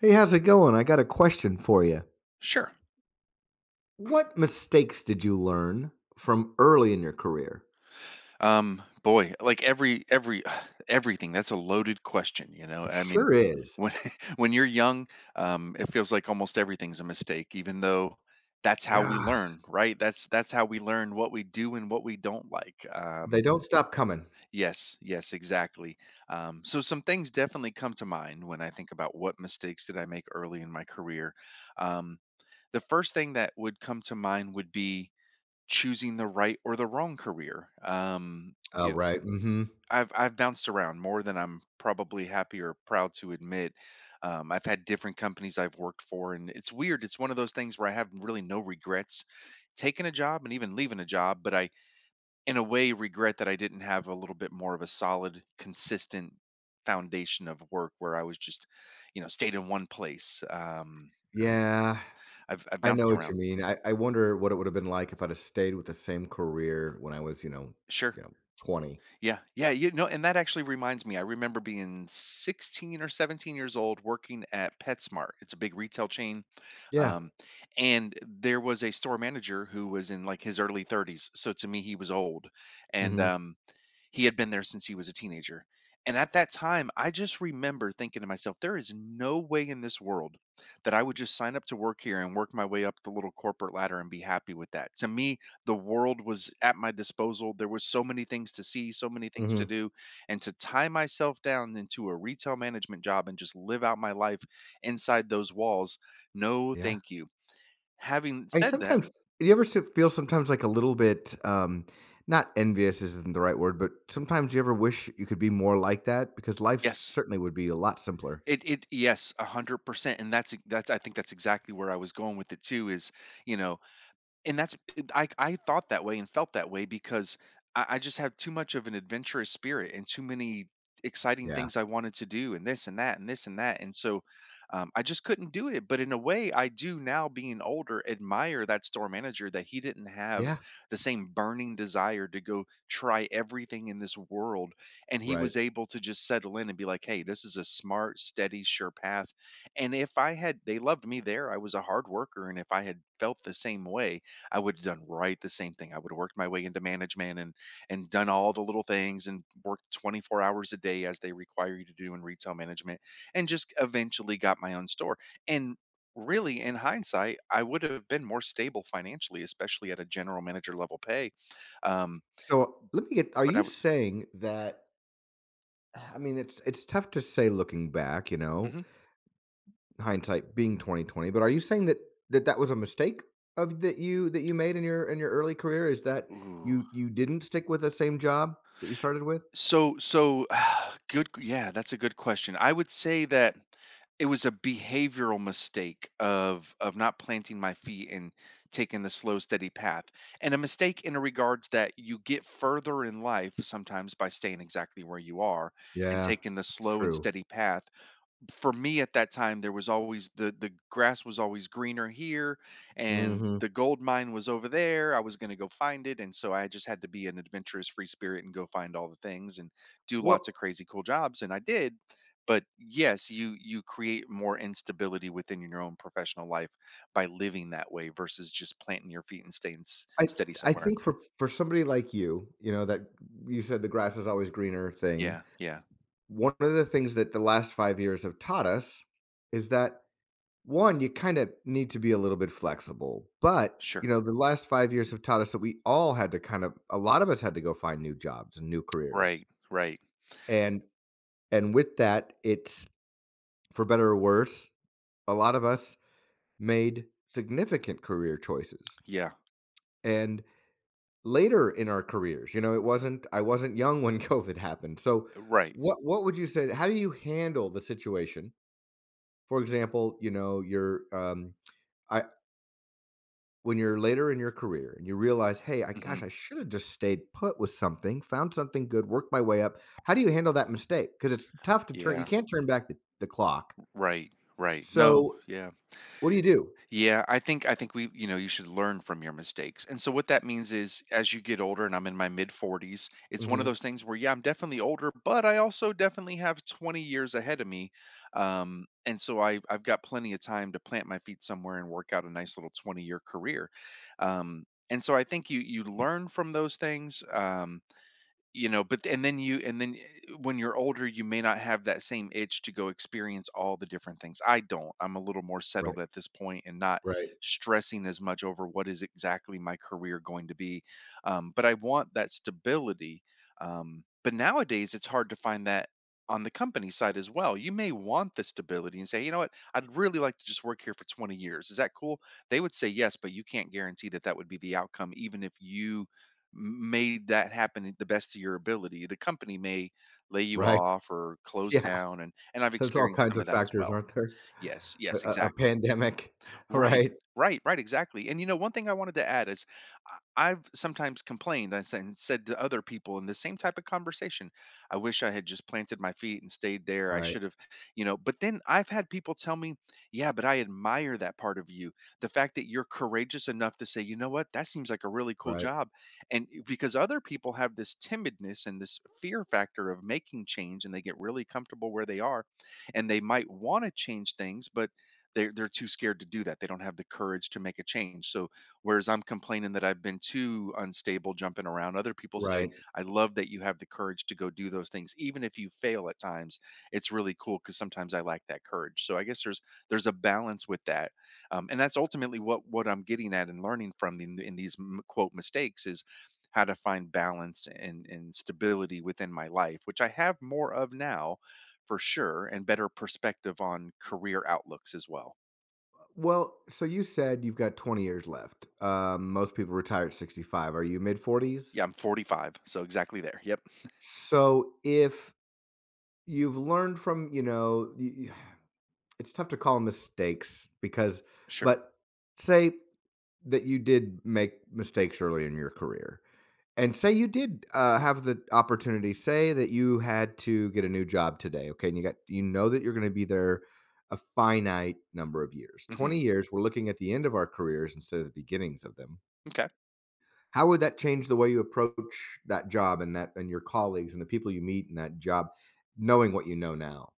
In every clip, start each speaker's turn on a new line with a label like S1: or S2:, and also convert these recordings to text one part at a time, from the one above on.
S1: Hey, how's it going? I got a question for you.
S2: Sure.
S1: What mistakes did you learn from early in your career?
S2: Boy, like every everything. That's a loaded question, you know.
S1: It
S2: I mean,
S1: sure is.
S2: when when you're young, it feels like almost everything's a mistake, even though that's how we
S1: God,
S2: learn, right? That's how we learn what we do and what we don't like.
S1: they don't stop coming.
S2: Yes, yes, exactly. So some things definitely come to mind when I think about what mistakes did I make early in my career. Um, the first thing that would come to mind would be choosing the right or the wrong career.
S1: Oh, right. Hmm.
S2: I've bounced around more than I'm probably happy or proud to admit. I've had different companies I've worked for, and it's weird. It's one of those things where I have really no regrets taking a job and even leaving a job, but I, in a way, regret that I didn't have a little bit more of a solid, consistent foundation of work where I was just, you know, stayed in one place.
S1: Yeah,
S2: I've
S1: I know
S2: bounced
S1: what you
S2: around.
S1: mean. I wonder what it would have been like if I'd have stayed with the same career when I was,
S2: Sure.
S1: you know, 20.
S2: Yeah, yeah, you know, and that actually reminds me. I remember being 16 or 17 years old working at PetSmart. It's a big retail chain.
S1: Yeah.
S2: Um, and there was a store manager who was in like his early 30s. So to me, he was old. And
S1: Hmm.
S2: um, he had been there since he was a teenager. And at that time, I just remember thinking to myself, there is no way in this world that I would just sign up to work here and work my way up the little corporate ladder and be happy with that. To me, the world was at my disposal. There was so many things to see, so many things
S1: Hmm.
S2: to do, and to tie myself down into a retail management job and just live out my life inside those walls, no
S1: Yeah.
S2: thank you. Having
S1: I
S2: said that,
S1: sometimes Do you ever s feel sometimes like a little bit, not envious isn't the right word, but sometimes you ever wish you could be more like that because life
S2: yes.
S1: certainly would be a lot simpler.
S2: It yes, 100%, and that's I think that's exactly where I was going with it too is, you know, and I thought that way and felt that way because I just have too much of an adventurous spirit and too many exciting
S1: Yeah.
S2: things I wanted to do and this and that and this and that. And so I just couldn't do it. But in a way, I do now, being older, admire that store manager that he didn't have
S1: Yeah,
S2: the same burning desire to go try everything in this world. And he
S1: right.
S2: was able to just settle in and be like, hey, this is a smart, steady, sure path. And if I had, they loved me there. I was a hard worker. And if I had felt the same way, I would have done the same thing. I would have worked my way into management and done all the little things and worked 24 hours a day as they require you to do in retail management and just eventually got my own store. And really in hindsight, I would have been more stable financially, especially at a general manager level pay. Um,
S1: So let me get are
S2: but
S1: you
S2: I would
S1: saying that I mean, it's tough to say looking back, you know, hindsight being 2020. But are you saying that that was a mistake of that you made in your early career? Is that
S2: mhm.
S1: you didn't stick with the same job that you started with?
S2: So good yeah, that's a good question. I would say that it was a behavioral mistake of not planting my feet and taking the slow steady path. And a mistake in a regards that you get further in life sometimes by staying exactly where you are and
S1: Yeah,
S2: taking the
S1: it's
S2: slow and
S1: true.
S2: steady path. For me at that time there was always the grass was always greener here and
S1: Mhm.
S2: the gold mine was over there. I was going to go find it, and so I just had to be an adventurous free spirit and go find all the things and do
S1: Well,
S2: lots of crazy cool jobs, and I did. But yes, you create more instability within your own professional life by living that way versus just planting your feet and staying
S1: I th
S2: steady
S1: I
S2: somewhere.
S1: think for somebody like you know, that you said the grass is always greener thing,
S2: Yeah, yeah,
S1: one of the things that the last 5 years have taught us is that, 1, you kinda need to be a little bit flexible, but, you
S2: sure,
S1: know, the last 5 years have taught us that we all had to a lot of us had to go find new jobs and new careers,
S2: right, right,
S1: and with that, it's for better or worse, a lot of us made significant career choices,
S2: yeah,
S1: and later in our careers, you know, it wasn't I wasn't young when COVID happened. So
S2: right.
S1: what would you say how do you handle the situation? For example, you know, you're I when you're later in your career and you realize, "Hey, I
S2: Hmm.
S1: gosh, I should have just stayed put with something, found something good, worked my way up." How do you handle that mistake? Because it's tough to turn you
S2: Yeah,
S1: can't turn back the clock.
S2: right, right, no,
S1: So,
S2: yeah.
S1: what do you do?
S2: Yeah, I think we, you know, you should learn from your mistakes. And so what that means is as you get older and I'm in my mid 40s, it's one of
S1: Mhm.
S2: those things where yeah, I'm definitely older, but I also definitely have 20 years ahead of me. And so I've got plenty of time to plant my feet somewhere and work out a nice little 20-year career. Um and so I think you learn from those things. You know, but and then you and when you're older you may not have that same itch to go experience all the different things. I don't, I'm a little more
S1: Right.
S2: settled at this point and not
S1: Right.
S2: stressing as much over what is exactly my career going to be, but I want that stability. But nowadays it's hard to find that on the company side as well. You may want the stability and say, you know what, I'd really like to just work here for 20 years, is that cool? They would say yes, but you can't guarantee that that would be the outcome even if you made that happen at the best of your ability. The company may lay you
S1: Right.
S2: off or close
S1: Yeah.
S2: down, and I've
S1: There's all
S2: experienced
S1: kinds
S2: some
S1: of
S2: of that as
S1: factors,
S2: well.
S1: aren't there?
S2: Yes, yes,
S1: A
S2: exactly.
S1: pandemic,
S2: Right.
S1: right?
S2: Right, right, exactly. And you know, one thing I wanted to add is I've sometimes complained. I said- and said to other people in the same type of conversation, I wish I had just planted my feet and stayed there. I
S1: Right,
S2: should have, you know, but then I've had people tell me, yeah, but I admire that part of you. The fact that you're courageous enough to say, you know what, that seems like a really cool
S1: right,
S2: job. And because other people have this timidness and this fear factor of making change and they get really comfortable where they are and they might want to change things, but they're too scared to do that. They don't have the courage to make a change. So whereas I'm complaining that I've been too unstable jumping around, other people say,
S1: right.
S2: "I love that you have the courage to go do those things, even if you fail at times." It's really cool because sometimes I lack that courage. So I guess there's a balance with that, and that's ultimately what I'm getting at and learning from in these quote mistakes is how to find balance and stability within my life, which I have more of now for sure, and better perspective on career outlooks as well.
S1: Well, so you said you've got 20 years left. Most people retire at 65. Are you mid 40s?
S2: Yeah, I'm 45, so exactly there. Yep,
S1: So if you've learned from, you know, it's tough to call 'em mistakes because,
S2: sure.
S1: but say that you did make mistakes early in your career. And say you did, have the opportunity, say that you had to get a new job today, okay, and you got you know that you're gonna be there a finite number of years.
S2: Hmm.
S1: 20 years, we're looking at the end of our careers instead of the beginnings of them.
S2: Okay.
S1: How would that change the way you approach that job and that and your colleagues and the people you meet in that job, knowing what you know now?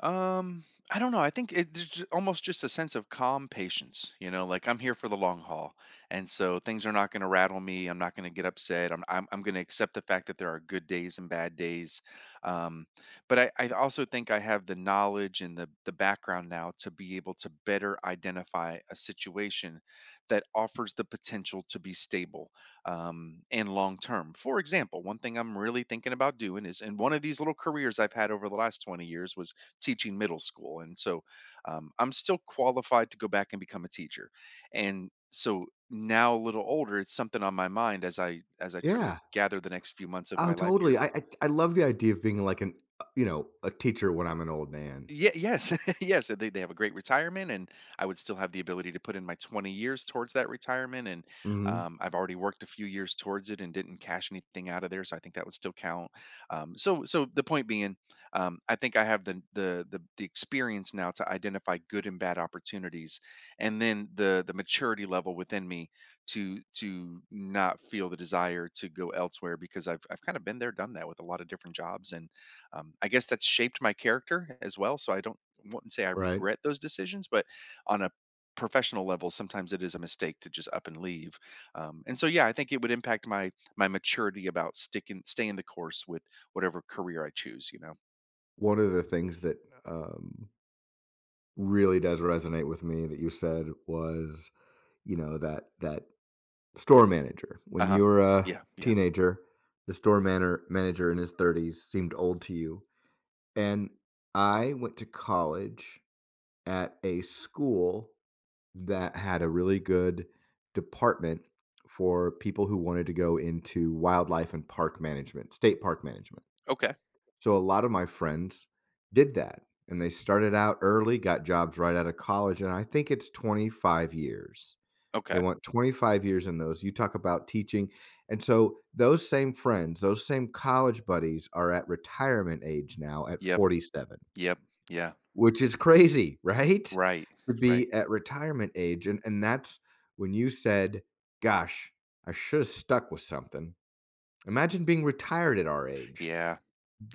S2: Um, I don't know. I think it, there's almost just a sense of calm patience. You know, like I'm here for the long haul, and so things are not going to rattle me. I'm not going to get upset. I'm going to accept the fact that there are good days and bad days. Um, but I also think I have the knowledge and the background now to be able to better identify a situation that offers the potential to be stable and long term. For example, one thing I'm really thinking about doing is, and one of these little careers I've had over the last 20 years was teaching middle school. And so I'm still qualified to go back and become a teacher. And so now a little older, it's something on my mind as I try to
S1: Yeah.
S2: gather the next few months of
S1: Oh,
S2: my life here.
S1: totally. I love the idea of being like an, you know, a teacher when I'm an old man.
S2: Yeah, yes, yes. They have a great retirement, and I would still have the ability to put in my 20 years towards that retirement. And
S1: Mhm.
S2: um, I've already worked a few years towards it and didn't cash anything out of there, so I think that would still count. So the point being, I think I have the, the experience now to identify good and bad opportunities, and then the maturity level within me to not feel the desire to go elsewhere because I've kind of been there, done that with a lot of different jobs, and I guess that's shaped my character as well. So I don't, wouldn't say I
S1: Right?
S2: regret those decisions, but on a professional level, sometimes it is a mistake to just up and leave. And so yeah, I think it would impact my maturity about sticking staying the course with whatever career I choose. You know.
S1: One of the things that, um really does resonate with me that you said was, you know, that store manager.
S2: Uh
S1: When
S2: huh.
S1: you were a
S2: Yeah. Yeah.
S1: teenager, the store manor manager in his 30s seemed old to you. And I went to college at a school that had a really good department for people who wanted to go into wildlife and park management, state park management.
S2: Okay.
S1: So a lot of my friends did that and they started out early, got jobs right out of college. And I think it's 25 years. They
S2: Okay.
S1: want 25 years in those. You talk about teaching. And so those same friends, those same college buddies are at retirement age now at
S2: Yep.
S1: 47,
S2: Yep. Yeah.
S1: which is crazy, right?
S2: Right.
S1: To
S2: Right.
S1: be at retirement age. And that's when you said, gosh, I should have stuck with something. Imagine being retired at our age,
S2: Yeah.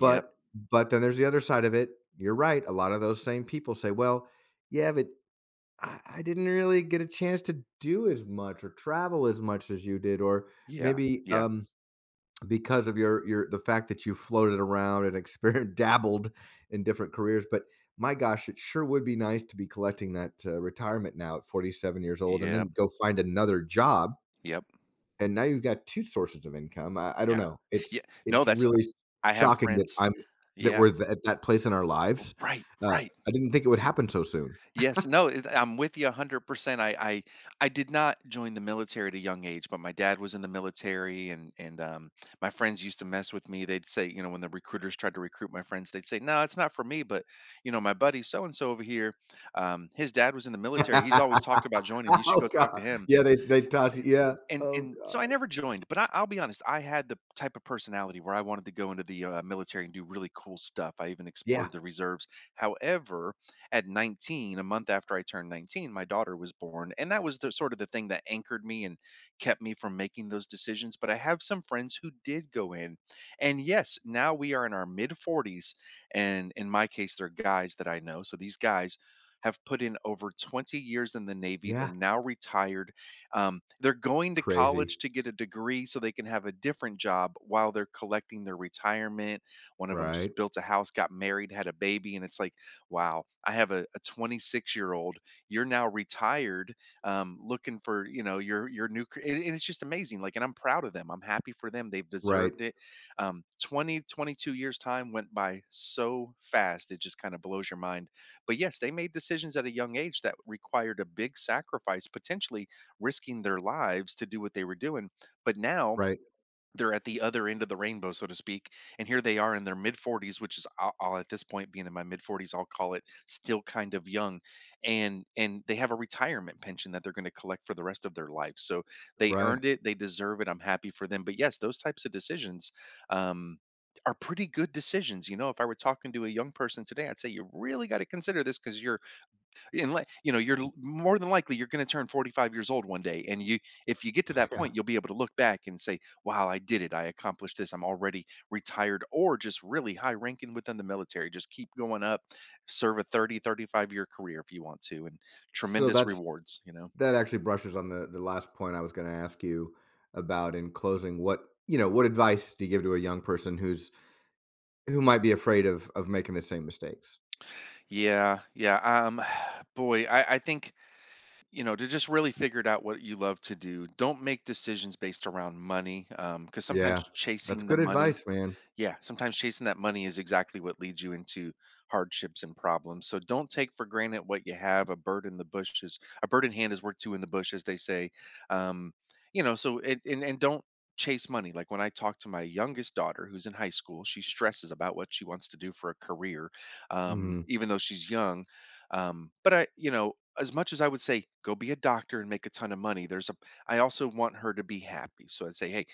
S2: Yep.
S1: then there's the other side of it. You're right. A lot of those same people say, "Well, yeah, but I didn't really get a chance to do as much or travel as much as you did, or
S2: Yeah.
S1: maybe
S2: Yeah.
S1: because of your the fact that you floated around and experienced dabbled in different careers." But my gosh, it sure would be nice to be collecting that retirement now at 47 years old, and
S2: Yep.
S1: then go find another job
S2: Yep.
S1: and now you've got 2 sources of income. I don't
S2: Yeah.
S1: know.
S2: Yeah.
S1: It's
S2: No, that's
S1: really s
S2: I have
S1: shocking that
S2: friends.
S1: I'm that
S2: Yeah.
S1: we're th at that place in our lives.
S2: Right.
S1: Uh,
S2: Right.
S1: I didn't think it would happen so soon.
S2: Yes, no, I'm with you 100%. I did not join the military at a young age, but my dad was in the military and my friends used to mess with me. They'd say, you know, when the recruiters tried to recruit my friends, they'd say, "No, it's not for me, but you know, my buddy so and so over here, his dad was in the military. He's always talked about joining. You should
S1: Oh
S2: go talk to
S1: god.
S2: him."
S1: Yeah, they taught you
S2: Th
S1: yeah. Oh
S2: and so
S1: god.
S2: I never joined, but I'll be honest, I had the type of personality where I wanted to go into the, military and do really cool stuff. I even
S1: Yeah,
S2: explored the reserves. However, at 19, a month after I turned 19, my daughter was born, and that was the sort of the thing that anchored me and kept me from making those decisions, but I have some friends who did go in, and yes, now we are in our mid-40s, and in my case, they're guys that I know, so these guys have put in over 20 years in the Navy. They're
S1: yeah.
S2: now retired. They're
S1: It's
S2: going to
S1: crazy.
S2: college to get a degree so they can have a different job while they're collecting their retirement. One of them
S1: Right,
S2: just built a house, got married, had a baby, and it's like, wow, I have a 26-year-old. You're now retired, looking for you know your new, and it's just amazing. Like, and I'm proud of them. I'm happy for them. They've
S1: right,
S2: deserved it. 22 years time went by so fast. It just kind of blows your mind. But yes, they made decisions at a young age that required a big sacrifice, potentially risking their lives to do what they were doing. But now
S1: right,
S2: they're at the other end of the rainbow, so to speak. And here they are in their mid 40s, which is I'll at this point being in my mid 40s, I'll call it still kind of young. And they have a retirement pension that they're going to collect for the rest of their life. So they
S1: right.
S2: earned it, they deserve it. I'm happy for them. But yes, those types of decisions um, are pretty good decisions. You know, if I were talking to a young person today, I'd say you really got to consider this because you're and let you know you're more than likely you're going to turn 45 years old one day, and you if you get to that point you'll be able to look back and say, wow, I did it. I accomplished this. I'm already retired or just really high ranking within the military, just keep going up. Serve a 35 year career if you want to, and
S1: So
S2: tremendous
S1: that's
S2: rewards, you know.
S1: that actually brushes on the last point I was gonna ask you about in closing. What You know, what advice do you give to a young person who's who might be afraid of making the same mistakes?
S2: Yeah, yeah. Boy, I think, you know, to just really figure it out, what you love to do. Don't make decisions based around money. Because sometimes
S1: Yeah. That's
S2: chasing the
S1: good
S2: money,
S1: advice, man.
S2: yeah, sometimes chasing that money is exactly what leads you into hardships and problems. So don't take for granted what you have. A bird in the bush is a bird in hand is worth two in the bush, as they say. Um, so it, and don't chase money. Like when I talk to my youngest daughter, who's in high school, she stresses about what she wants to do for a career,
S1: Mhm.
S2: even though she's young. You know, as much as I would say go be a doctor and make a ton of money, there's a I also want her to be happy. So I'd say, hey,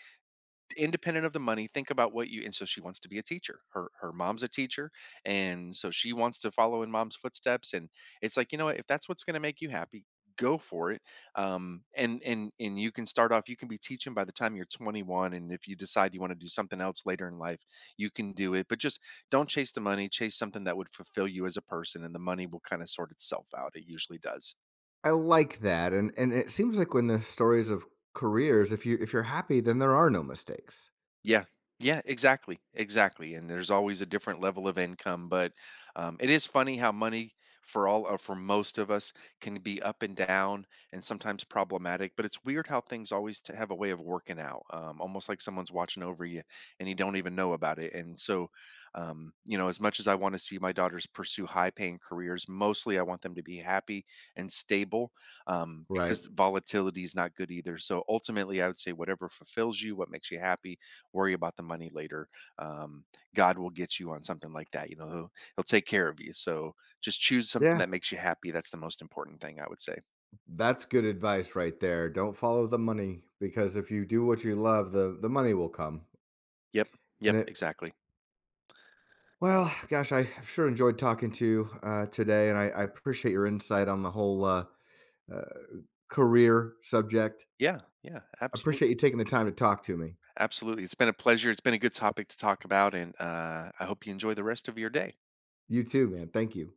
S2: independent of the money, think about what you and so she wants to be a teacher. Her mom's a teacher, and so she wants to follow in mom's footsteps. And it's like, you know what, if that's what's gonna make you happy, go for it. And you can start off, you can be teaching by the time you're 21. And if you decide you want to do something else later in life, you can do it. But just don't chase the money, chase something that would fulfill you as a person, and the money will kind of sort itself out. It usually does.
S1: I like that, and it seems like when the stories of careers, if you if you're happy, then there are no mistakes,
S2: Yeah. Yeah, exactly. Exactly. And there's always a different level of income, but it is funny how money, for all or for most of us, can be up and down and sometimes problematic, but it's weird how things always have a way of working out. Almost like someone's watching over you and you don't even know about it. And so, you know, as much as I want to see my daughters pursue high paying careers, mostly I want them to be happy and stable,
S1: right?
S2: because volatility is not good either. So ultimately, I would say whatever fulfills you, what makes you happy, worry about the money later. Um, God will get you on something like that. You know, he'll take care of you. So just choose something
S1: Yeah.
S2: that makes you happy. That's the most important thing, I would say.
S1: That's good advice right there. Don't follow the money because if you do what you love, the money will come.
S2: Yep.
S1: And
S2: Yep.
S1: it
S2: Exactly.
S1: Gosh, I sure enjoyed talking to you, today, and I appreciate your insight on the whole, uh, career subject.
S2: Yeah. Yeah.
S1: I
S2: Absolutely.
S1: appreciate you taking the time to talk to me.
S2: Absolutely. It's been a pleasure. It's been a good topic to talk about. And I hope you enjoy the rest of your day.
S1: You too, man. Thank you.